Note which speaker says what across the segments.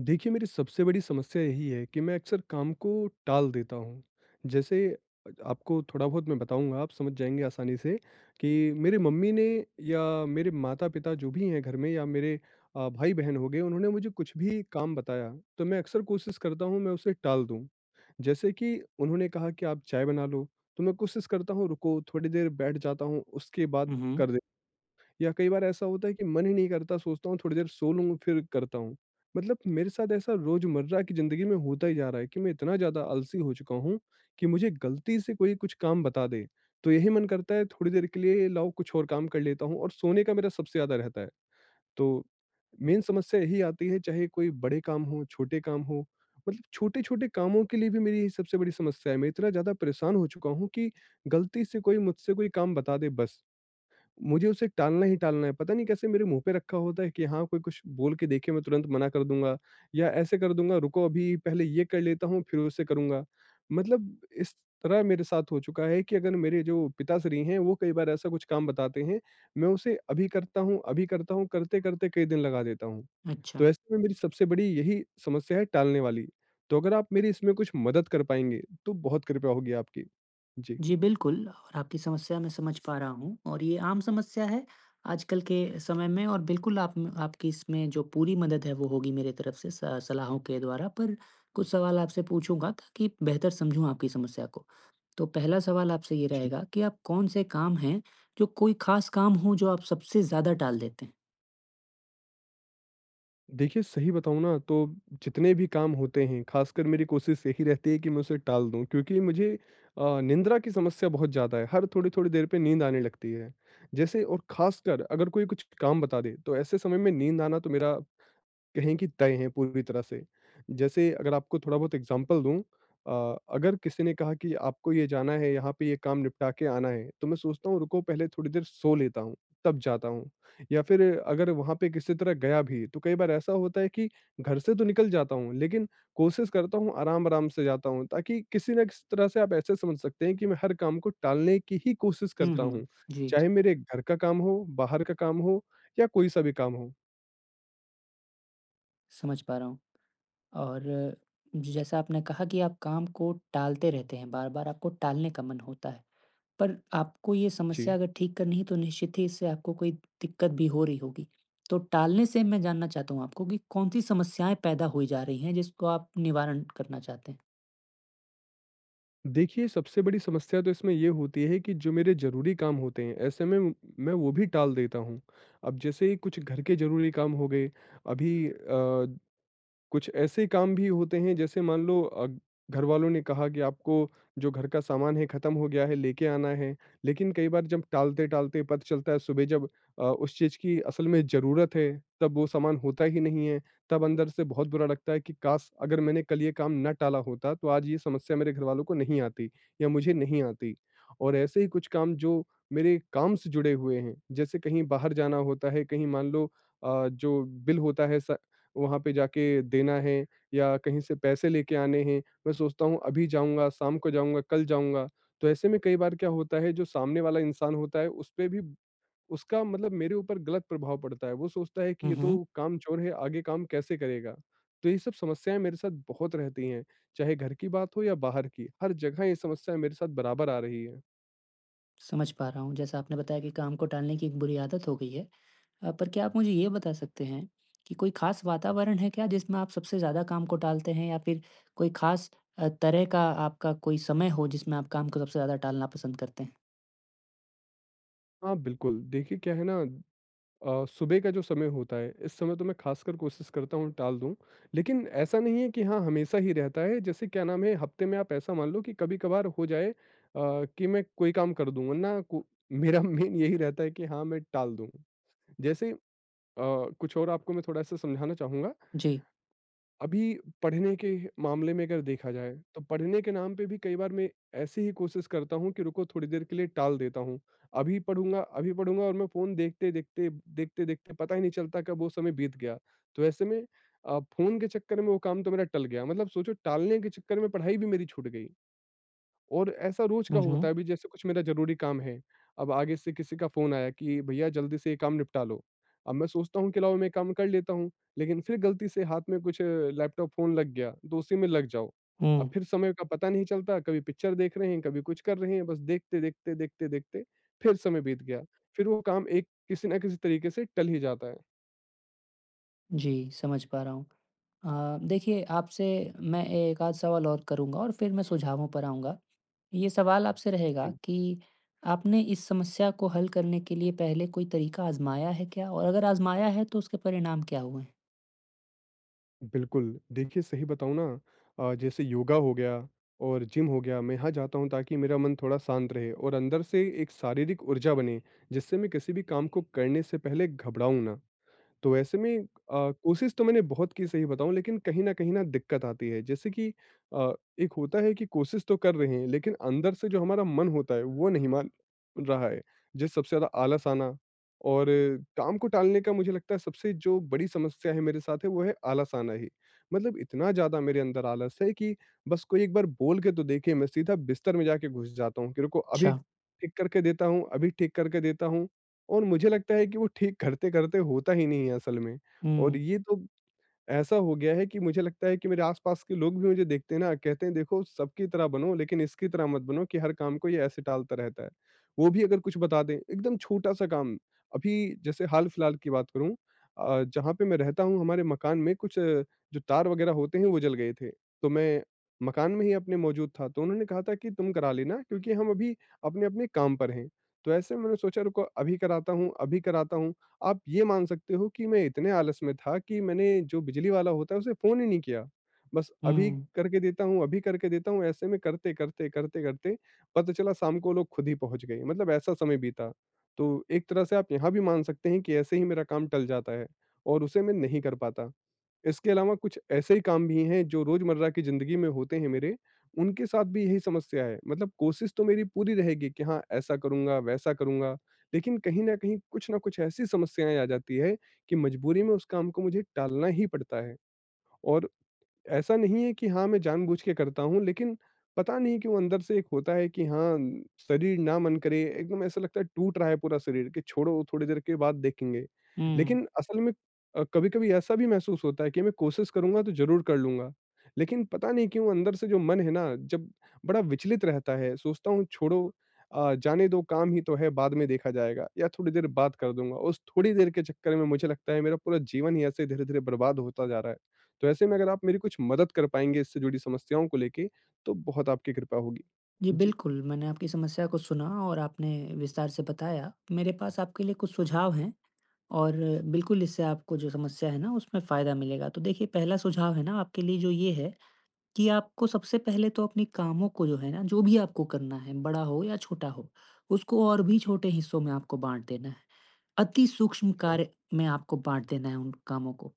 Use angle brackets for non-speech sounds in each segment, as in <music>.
Speaker 1: देखिए, मेरी सबसे बड़ी समस्या यही है कि मैं अक्सर काम को टाल देता हूँ। जैसे आपको थोड़ा बहुत मैं बताऊँगा, आप समझ जाएँगे आसानी से कि मेरे मम्मी ने या मेरे माता-पिता जो भी हैं घर में या मेरे भाई-बहन हो गए, उन्होंने मुझे कुछ भी काम बताया, तो मैं अक्सर कोशिश करता हूँ, मैं उसे टाल दूँ। जैसे कि उन्होंने कहा कि, "आप चाय बना लो।" तो मैं कोशिश करता हूँ, रुको, थोड़ी देर बैठ जाता हूँ, उसके बाद
Speaker 2: हुँ, हुँ।
Speaker 1: कर दे या कई बार ऐसा होता है कि मन ही नहीं करता, सोचता हूँ थोड़ी देर सो लूँ फिर करता हूँ। मतलब मेरे साथ ऐसा रोज़मर्रा की ज़िंदगी में होता ही जा रहा है कि मैं इतना ज़्यादा आलसी हो चुका हूँ कि मुझे गलती से कोई कुछ काम बता दे, तो यही मन करता है थोड़ी देर के लिए लाओ कुछ और काम कर लेता हूँ और सोने का मेरा सबसे ज़्यादा रहता है। तो मेन समस्या यही आती है चाहे कोई बड़े काम हों, छोटे काम हों, मतलब छोटे-छोटे कामों के लिए भी मेरी यही सबसे बड़ी समस्या है। मैं इतना ज़्यादा परेशान हो चुका हूँ कि गलती से कोई मुझसे कोई काम बता दे बस। मुझे उसे टालना ही टालना है, पता नहीं कैसे मेरे मुँह पे रखा होता है कि हाँ, कोई कुछ बोल के देखे मैं तुरंत मना कर दूँगा या ऐसे कर दूँगा रुको अभी पहले ये कर लेता हूँ फिर उससे करूँगा। मतलब इस तरह मेरे साथ हो चुका है कि अगर मेरे जो पिताश्री हैं वो कई बार ऐसा कुछ काम बताते हैं, मैं उसे अभी करता हूँ, करते-करते कई दिन लगा देता हूँ।
Speaker 2: अच्छा।
Speaker 1: तो ऐसे में मेरी सबसे बड़ी यही समस्या है टालने वाली। तो अगर आप मेरी इसमें कुछ मदद कर पाएँगे, तो बहुत कृपया होगी आपकी। जी।
Speaker 2: जी, बिल्कुल और आपकी समस्या मैं समझ पा रहा हूँ और ये आम समस्या है आजकल के समय में और बिल्कुल आप म आपकी इसमें जो पूरी मदद है वो होगी मेरे तरफ से स सलाहों के द्वारा। पर कुछ सवाल आपसे पूछूँगा ताकि बेहतर समझूँ आपकी समस्या को। तो पहला सवाल आपसे ये
Speaker 1: जी।
Speaker 2: रहेगा कि आप कौन से काम हैं जो कोई ख़ास काम हो जो आप सबसे ज़्यादा टाल देते हैं?
Speaker 1: देखिए, सही बताऊँ ना तो जितने भी काम होते हैं, ख़ासकर मेरी कोशिश यही रहती है कि मैं उसे टाल दूँ क्योंकि मुझे निंद्रा की समस्या बहुत ज़्यादा है, हर थोड़ी-थोड़ी देर पे नींद आने लगती है। जैसे और ख़ासकर अगर कोई कुछ काम बता दे, तो ऐसे समय में नींद आना तो मेरा कहें कि तय हैं पूरी तरह से। जैसे अगर आपको थोड़ा बहुत एग्ज़ाम्पल दूँ अगर किसी ने कहा कि आपको ये जाना है, यहाँ पे ये काम निपटा के आना है, तो मैं सोचता हूँ रुको पहले थोड़ी देर सो लेता हूँ, तब जाता हूँ। या फिर अगर वहाँ पे किसी तरह गया भी, तो कई बार ऐसा होता है कि घर से तो निकल जाता हूँ, लेकिन कोशिश करता हूँ आराम-आराम से जाता हूँ, ताकि किसी ना किसी तरह से आप ऐसे समझ सकते हैं कि मैं हर काम को टालने की ही कोशिश
Speaker 2: हुँ,
Speaker 1: करता
Speaker 2: हुँ।
Speaker 1: हूँ।
Speaker 2: जी,
Speaker 1: चाहे मेरे घर का काम हो, बाहर का काम हो या कोई-सा भी काम हो।
Speaker 2: समझ पा रहा हूँ और जैसा आपने कहा कि आप काम को टालते रहते हैं, बार-बार आपको टालने का मन होता है। पर आपको ये समस्या
Speaker 1: जी।
Speaker 2: अगर ठीक करनी है तो निश्चित ही इससे आपको कोई दिक्कत भी हो रही होगी। तो टालने से मैं जानना चाहता हूँ आपको कि कौन-सी समस्याएँ पैदा हुई जा रही हैं जिसको आप निवारण करना चाहते हैं?
Speaker 1: देखिए, सबसे बड़ी समस्या तो इसमें ये होती है कि जो मेरे ज़रूरी काम होते हैं, ऐसे में म मैं वो भी टाल देता हूँ। अब जैसे ही कुछ घर के ज़रूरी काम हो गए, अभी अ कुछ ऐसे काम भी होते हैं जैसे मान लो घर वालों ने कहा कि आपको जो घर का सामान है खत्म हो गया है लेके आना है लेकिन कई बार जब टालते टालते पता चलता है सुबह जब उस चीज की असल में जरूरत है तब वो सामान होता ही नहीं है तब अंदर से बहुत बुरा लगता है कि काश अगर मैंने कल ये काम न टाला होता तो आज ये समस्या मेरे घर वालों को नहीं आती या मुझे नहीं आती और ऐसे ही कुछ काम जो मेरे काम से जुड़े हुए हैं जैसे कहीं बाहर जाना होता है कहीं मान लो जो बिल होता है वहाँ पे जाके देना है या कहीं से पैसे लेके आने हैं, मैं सोचता हूँ अभी जाऊँगा, शाम को जाऊँगा, कल जाऊँगा। तो ऐसे में कई बार क्या होता है जो सामने वाला इंसान होता है उस पे भी उसका मतलब मेरे ऊपर गलत प्रभाव पड़ता है। वो सोचता है कि
Speaker 2: हुँ,
Speaker 1: ये
Speaker 2: हुँ।
Speaker 1: तो कामचोर है, आगे काम कैसे करेगा? तो ये सब समस्याएँ मेरे साथ बहुत रहती हैं, चाहे घर की बात हो या बाहर की, हर जगह ये समस्या मेरे साथ बराबर आ रही है।
Speaker 2: समझ पा रहा हूँ। जैसा आपने बताया कि काम को टालने की एक बुरी आदत हो गई है। पर क्या आप मुझे ये बता सकते हैं कि कोई ख़ास वातावरण है क्या जिसमें आप सबसे ज़्यादा काम को टालते हैं या फ़िर कोई ख़ास तरह का आपका कोई समय हो जिसमें आप काम को सबसे ज़्यादा टालना पसंद करते हैं?
Speaker 1: हाँ, बिल्कुल। देखिए क्या है ना सुबह का जो समय होता है, इस समय तो मैं ख़ासकर कोशिश करता हूँ टाल दूँ। लेकिन ऐसा नहीं है कि हाँ, हमेशा ही रहता है, जैसे क्या नाम है, हफ़्ते में आप ऐसा मान लो कि कभी-कभार हो जाए कि मैं कोई काम कर दूँ, वरना को मेरा <laughs> मेन यही रहता है कि हाँ, मैं टाल दूँ। जैसे अ, कुछ और आपको मैं थोड़ा-सा समझाना चाहूँगा
Speaker 2: जी।
Speaker 1: अभी पढ़ने के मामले में अगर देखा जाए तो पढ़ने के नाम पे भी कई बार मैं ऐसी ही कोशिश करता हूँ कि रुको थोड़ी देर के लिए टाल देता हूँ अभी पढ़ूंगा और मैं फोन देखते देखते देखते देखते पता ही नहीं चलता कब वो समय बीत गया तो ऐसे में फोन के चक्कर में वो काम तो मेरा टल गया मतलब सोचो टालने के चक्कर में पढ़ाई भी मेरी छूट गई और ऐसा रोज़ का
Speaker 2: हुँ,
Speaker 1: होता
Speaker 2: हुँ।
Speaker 1: है अभी जैसे कुछ मेरा ज़रूरी काम है, अब आगे से किसी का फ़ोन आया कि भैया जल्दी से ये काम निपटा लो। अब मैं सोचता हूँ कि लाओ मैं काम कर लेता हूँ, लेकिन फिर गलती से हाथ में कुछ लैपटॉप फ़ोन लग गया, तो उसी में लग जाओ। अब
Speaker 2: हुँ।
Speaker 1: फिर समय का पता नहीं चलता, कभी पिक्चर देख रहे हैं, कभी कुछ कर रहे हैं, बस देखते, देखते, देखते, देखते फिर समय बीत गया। फिर वो काम एक किसी न किसी तरीके से टल ही जाता है।
Speaker 2: जी, समझ पा रहा हूँ। देखिए आपसे मैं एक आध सवाल और करूँगा और फिर मैं सुझावों पर आऊँगा। ये सवाल आपसे रहेगा
Speaker 1: जी
Speaker 2: कि आपने इस समस्या को हल करने के लिए पहले कोई तरीका आज़माया है क्या? और अगर आज़माया है तो उसके परिणाम क्या हुए हैं?
Speaker 1: बिल्कुल, देखिए सही बताऊँ ना जैसे योगा हो गया और जिम हो गया, मैं यहाँ जाता हूँ ताकि मेरा मन थोड़ा शांत रहे और अंदर से एक शारीरिक ऊर्जा बने, जिससे मैं किसी भी काम को करने से पहले घबराऊँ ना। तो ऐसे में कोशिश तो मैंने बहुत की सही बताऊँ लेकिन कहीं न दिक्कत आती है। जैसे कि अ, एक होता है कि कोशिश तो कर रहे हैं लेकिन अंदर से जो हमारा मन होता है वो नहीं मान रहा है। जैसे सबसे ज़्यादा आलस आना और काम को टालने का मुझे लगता है सबसे जो बड़ी समस्या है मेरे साथ है वो है आलस आना ही। मतलब इतना ज़्यादा मेरे अंदर आलस है कि बस कोई एक बार बोल के तो देखे मैं सीधा बिस्तर में जाके घुस जाता हूँ कि रुको अभी
Speaker 2: अच्छा।
Speaker 1: ठीक करके देता हूँ, अभी ठीक करके देता हूँ। और मुझे लगता है कि वो ठीक करते-करते होता ही नहीं है असल में और
Speaker 2: हुँ,
Speaker 1: ये तो ऐसा हो गया है कि मुझे लगता है कि मेरे आस-पास के लोग भी मुझे देखते हैं ना, कहते हैं देखो सबकी तरह बनो लेकिन इसकी तरह मत बनो कि हर काम को ये ऐसे टालता रहता है। वो भी अगर कुछ बता दें, एकदम छोटा-सा काम, अभी जैसे हाल-फिलहाल की बात करूँ जहाँ पे मैं रहता हूँ हमारे मकान में कुछ जो तार वगैरह होते हैं वो जल गए थे। तो मैं मकान में ही अपने मौजूद था, तो उन्होंने कहा था कि तुम करा लेना क्योंकि हम अभी अपने-अपने काम पर हैं। तो ऐसे मैंने सोचा रुको अभी कराता हूँ, अभी कराता हूँ। आप ये मान सकते हो कि मैं इतने आलस में था कि मैंने जो बिजली वाला होता है उसे फ़ोन ही नहीं किया। बस अभी
Speaker 2: हुँ,
Speaker 1: करके देता हूँ, अभी करके देता हूँ, ऐसे में करते, करते, करते, करते पता चला शाम को वो लोग खुद ही पहुँच गए, मतलब ऐसा समय बीता। तो एक तरह से आप यहाँ भी मान सकते हैं कि ऐसे ही मेरा काम टल जाता है और उसे मैं नहीं कर पाता। इसके अलावा कुछ ऐसे ही काम भी हैं जो रोज़मर्रा की ज़िंदगी में होते हैं मेरे, उनके साथ भी यही समस्या है। मतलब कोशिश तो मेरी पूरी रहेगी कि हाँ, ऐसा करूँगा, वैसा करूँगा, लेकिन कहीं न कहीं कुछ न कुछ ऐसी समस्याएँ आ जाती है कि मजबूरी में उस काम को मुझे टालना ही पड़ता है और ऐसा नहीं है कि हाँ, मैं जानबूझ के करता हूँ, लेकिन पता नहीं क्यों अंदर से एक होता है कि हाँ, शरीर ना मन करे, एकदम ऐसा लगता है टूट रहा है पूरा शरीर कि छोड़ो थोड़ी देर के बाद देखेंगे।
Speaker 2: हुँ।
Speaker 1: लेकिन असल में कभी-कभी ऐसा भी महसूस होता है कि मैं कोशिश करूँगा तो ज़रूर कर लूँगा। लेकिन पता नहीं क्यों अंदर से जो मन है ना, जब बड़ा विचलित रहता है, सोचता हूँ छोड़ो जाने दो काम ही तो है, बाद में देखा जाएगा या थोड़ी देर बात कर दूँगा। उस थोड़ी देर के चक्कर में मुझे लगता है मेरा पूरा जीवन ही ऐसे धीरे-धीरे बर्बाद होता जा रहा है। तो ऐसे में अगर आप मेरी कुछ मदद कर पाएँगे इससे जुड़ी समस्याओं को लेके, तो बहुत आपकी कृपा होगी।
Speaker 2: जी,
Speaker 1: जी।
Speaker 2: बिल्कुल, मैंने आपकी समस्या को सुना और आपने विस्तार से बताया। मेरे पास आपके लिए कुछ सुझाव हैं और बिल्कुल इससे आपको जो समस्या है ना उसमें फ़ायदा मिलेगा। तो देखिए पहला सुझाव है ना आपके लिए जो ये है कि आपको सबसे पहले तो अपने कामों को जो है ना, जो भी आपको करना है, बड़ा हो या छोटा हो, उसको और भी छोटे हिस्सों में आपको बाँट देना है। अति सूक्ष्म
Speaker 1: हाँ।
Speaker 2: कार्य में आपको बाँट देना है उन कामों को।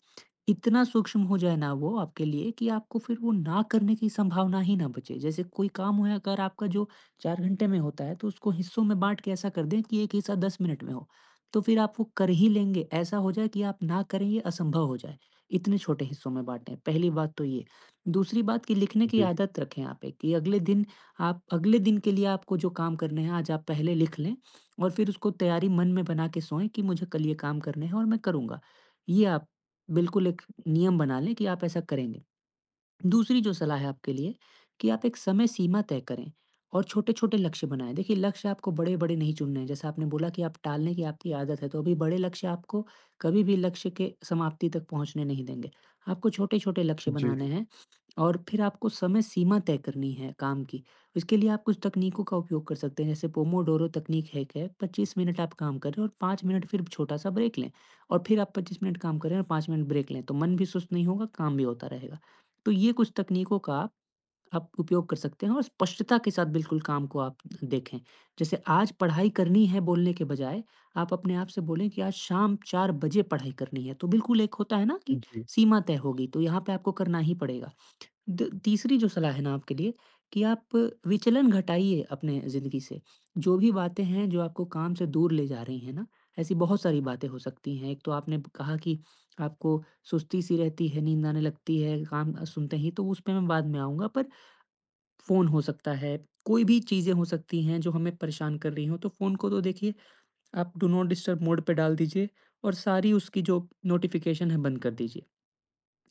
Speaker 2: इतना सूक्ष्म हो जाए ना वो आपके लिए कि आपको फिर वो ना करने की संभावना ही ना बचे। जैसे कोई काम है अगर आपका जो 4 घंटे में होता है, तो उसको हिस्सों में बाँट के ऐसा कर दें कि एक हिस्सा 10 मिनट में हो। तो फिर आप वो कर ही लेंगे, ऐसा हो जाए कि आप ना करें ये असंभव हो जाए। इतने छोटे हिस्सों में बाँटें, पहली बात तो ये। दूसरी बात कि लिखने की
Speaker 1: जी,
Speaker 2: आदत रखें आप एक कि अगले दिन आप अगले दिन के लिए आपको जो काम करने हैं आज आप पहले लिख लें और फिर उसको तैयारी मन में बना के सोएं कि मुझे कल ये काम करने हैं और मैं करूँगा। ये आप बिल्कुल एक नियम बना लें कि आप ऐसा करेंगे। दूसरी जो सलाह है आपके लिए कि आप एक समय सीमा तय करें और छोटे-छोटे लक्ष्य बनाएँ। देखिए लक्ष्य आपको बड़े-बड़े नहीं चुनने हैं। जैसा आपने बोला कि आप टालने की आपकी आदत है तो अभी बड़े लक्ष्य आपको कभी भी लक्ष्य के समाप्ति तक पहुँचने नहीं देंगे। आपको छोटे-छोटे लक्ष्य
Speaker 1: जी,
Speaker 2: बनाने हैं और फिर आपको समय सीमा तय करनी है काम की। इसके लिए आप कुछ तकनीकों का उपयोग कर सकते हैं, जैसे पोमोडोरो तकनीक है एक है, 25 मिनट आप काम करें और 5 मिनट फिर छोटा-सा ब्रेक लें और फिर आप 25 मिनट काम करें और 5 मिनट ब्रेक लें, तो मन भी सुस्त नहीं होगा, काम भी होता रहेगा। तो ये कुछ तकनीकों का आप उपयोग कर सकते हैं और स्पष्टता के साथ बिल्कुल काम को आप देखें। जैसे आज पढ़ाई करनी है बोलने के बजाय, आप अपने आप से बोलें कि आज शाम 4 बजे पढ़ाई करनी है, तो बिल्कुल एक होता है ना कि
Speaker 1: जी,
Speaker 2: सीमा तय होगी, तो यहाँ पे आपको करना ही पड़ेगा। द तीसरी जो सलाह है ना आपके लिए कि आप विचलन घटाइए अपने ज़िंदगी से। जो भी बातें हैं जो आपको काम से दूर ले जा रही हैं ना, ऐसी बहुत सारी बातें हो सकती हैं। एक तो आपने कहा कि आपको सुस्ती-सी रहती है, नींद आने लगती है काम सुनते ही, तो उस पे मैं बाद में आऊँगा। पर फ़ोन हो सकता है, कोई भी चीज़ें हो सकती हैं जो हमें परेशान कर रही हों, तो फ़ोन को तो देखिए आप डू नॉट डिस्टर्ब मोड पे डाल दीजिए और सारी उसकी जो नोटिफ़िकेशन है बंद कर दीजिए।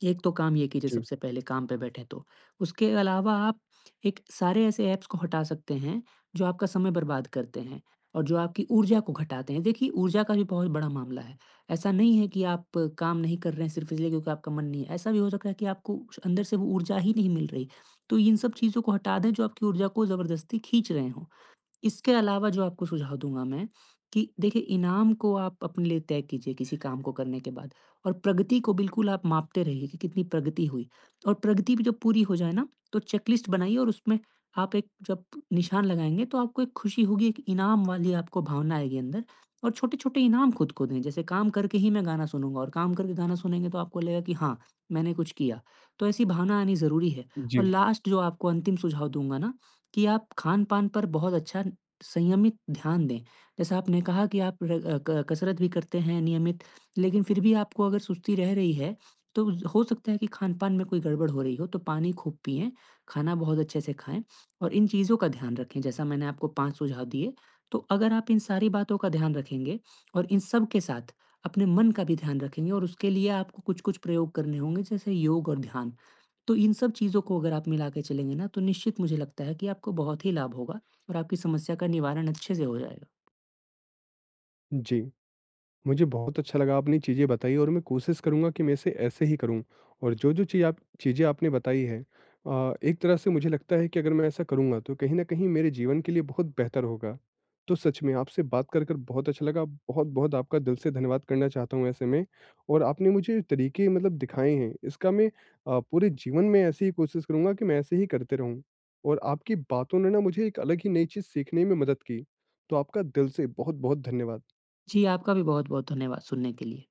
Speaker 2: एक तो काम ये कीजिए
Speaker 1: जी, जी,
Speaker 2: सबसे पहले काम पे बैठें तो। उसके अलावा आप एक सारे ऐसे ऐप्स को हटा सकते हैं, जो आपका समय बर्बाद करते हैं और जो आपकी ऊर्जा को घटाते हैं। देखिए ऊर्जा का भी बहुत बड़ा मामला है। ऐसा नहीं है कि आप काम नहीं कर रहे हैं सिर्फ़ इसलिए क्योंकि आपका मन नहीं है। ऐसा भी हो सकता है कि आपको अंदर से वो ऊर्जा ही नहीं मिल रही। तो इन सब चीज़ों को हटा दें जो आपकी ऊर्जा को ज़बरदस्ती खींच रहे हों। इसके अलावा जो आपको सुझाव दूँगा मैं कि देखिए इनाम को आप अपने लिए तय कीजिए किसी काम को करने के बाद और प्रगति को बिल्कुल आप मापते रहिए कि कितनी प्रगति हुई और प्रगति भी जब पूरी हो जाए ना तो चेकलिस्ट बनाइए और उसमें आप एक जब निशान लगाएंगे तो आपको एक खुशी होगी, एक इनाम वाली आपको भावना आएगी अंदर और छोटे-छोटे इनाम खुद को दें जैसे काम करके ही मैं गाना सुनूँगा और काम करके गाना सुनेंगे तो आपको लगेगा कि हाँ, मैंने कुछ किया। तो ऐसी भावना आनी ज़रूरी है और
Speaker 1: जी,
Speaker 2: लास्ट जो आपको अंतिम सुझाव दूँगा ना कि आप खान-पान पर बहुत अच्छा संयमित ध्यान दें। जैसा आपने कहा कि आप र क कसरत भी करते हैं नियमित, लेकिन फिर भी आपको अगर सुस्ती रह रही है, तो ज हो सकता है कि खान-पान में कोई गड़बड़ हो रही हो, तो पानी खूब पिएँ, खाना बहुत अच्छे से खाएँ और इन चीज़ों का ध्यान रखें। जैसा मैंने आपको 5 सुझाव दिए, तो अगर आप इन सारी बातों का ध्यान रखेंगे और इन सब के साथ अपने मन का भी ध्यान रखेंगे और उसके लिए आपको कुछ-कुछ प्रयोग करने होंगे, जैसे योग और ध्यान। तो इन सब चीज़ों को अगर आप मिला के चलेंगे ना, तो निश्चित मुझे लगता है कि आपको बहुत ही लाभ होगा और आपकी समस्या का निवारण अच्छे से हो जाएगा।
Speaker 1: जी। मुझे बहुत अच्छा लगा आपने चीज़ें बताई और मैं कोशिश करूँगा कि मैं से ऐसे ही करूँ और जो-जो चीज़ आप चीज़ें आपने बताई हैं एक तरह से मुझे लगता है कि अगर मैं ऐसा करूँगा तो कहीं न कहीं मेरे जीवन के लिए बहुत बेहतर होगा। तो सच में आपसे बात कर कर बहुत अच्छा लगा, बहुत-बहुत आपका दिल से धन्यवाद करना चाहता हूँ ऐसे में और आपने मुझे तरीके मतलब दिखाए हैं, इसका मैं पूरे जीवन में ऐसे ही कोशिश करूँगा कि मैं ऐसे ही करते रहूँ और आपकी बातों ने ना मुझे एक अलग ही नई चीज़ सीखने में मदद की। तो आपका दिल से बहुत-बहुत धन्यवाद।
Speaker 2: जी, आपका भी बहुत-बहुत धन्यवाद सुनने के लिए।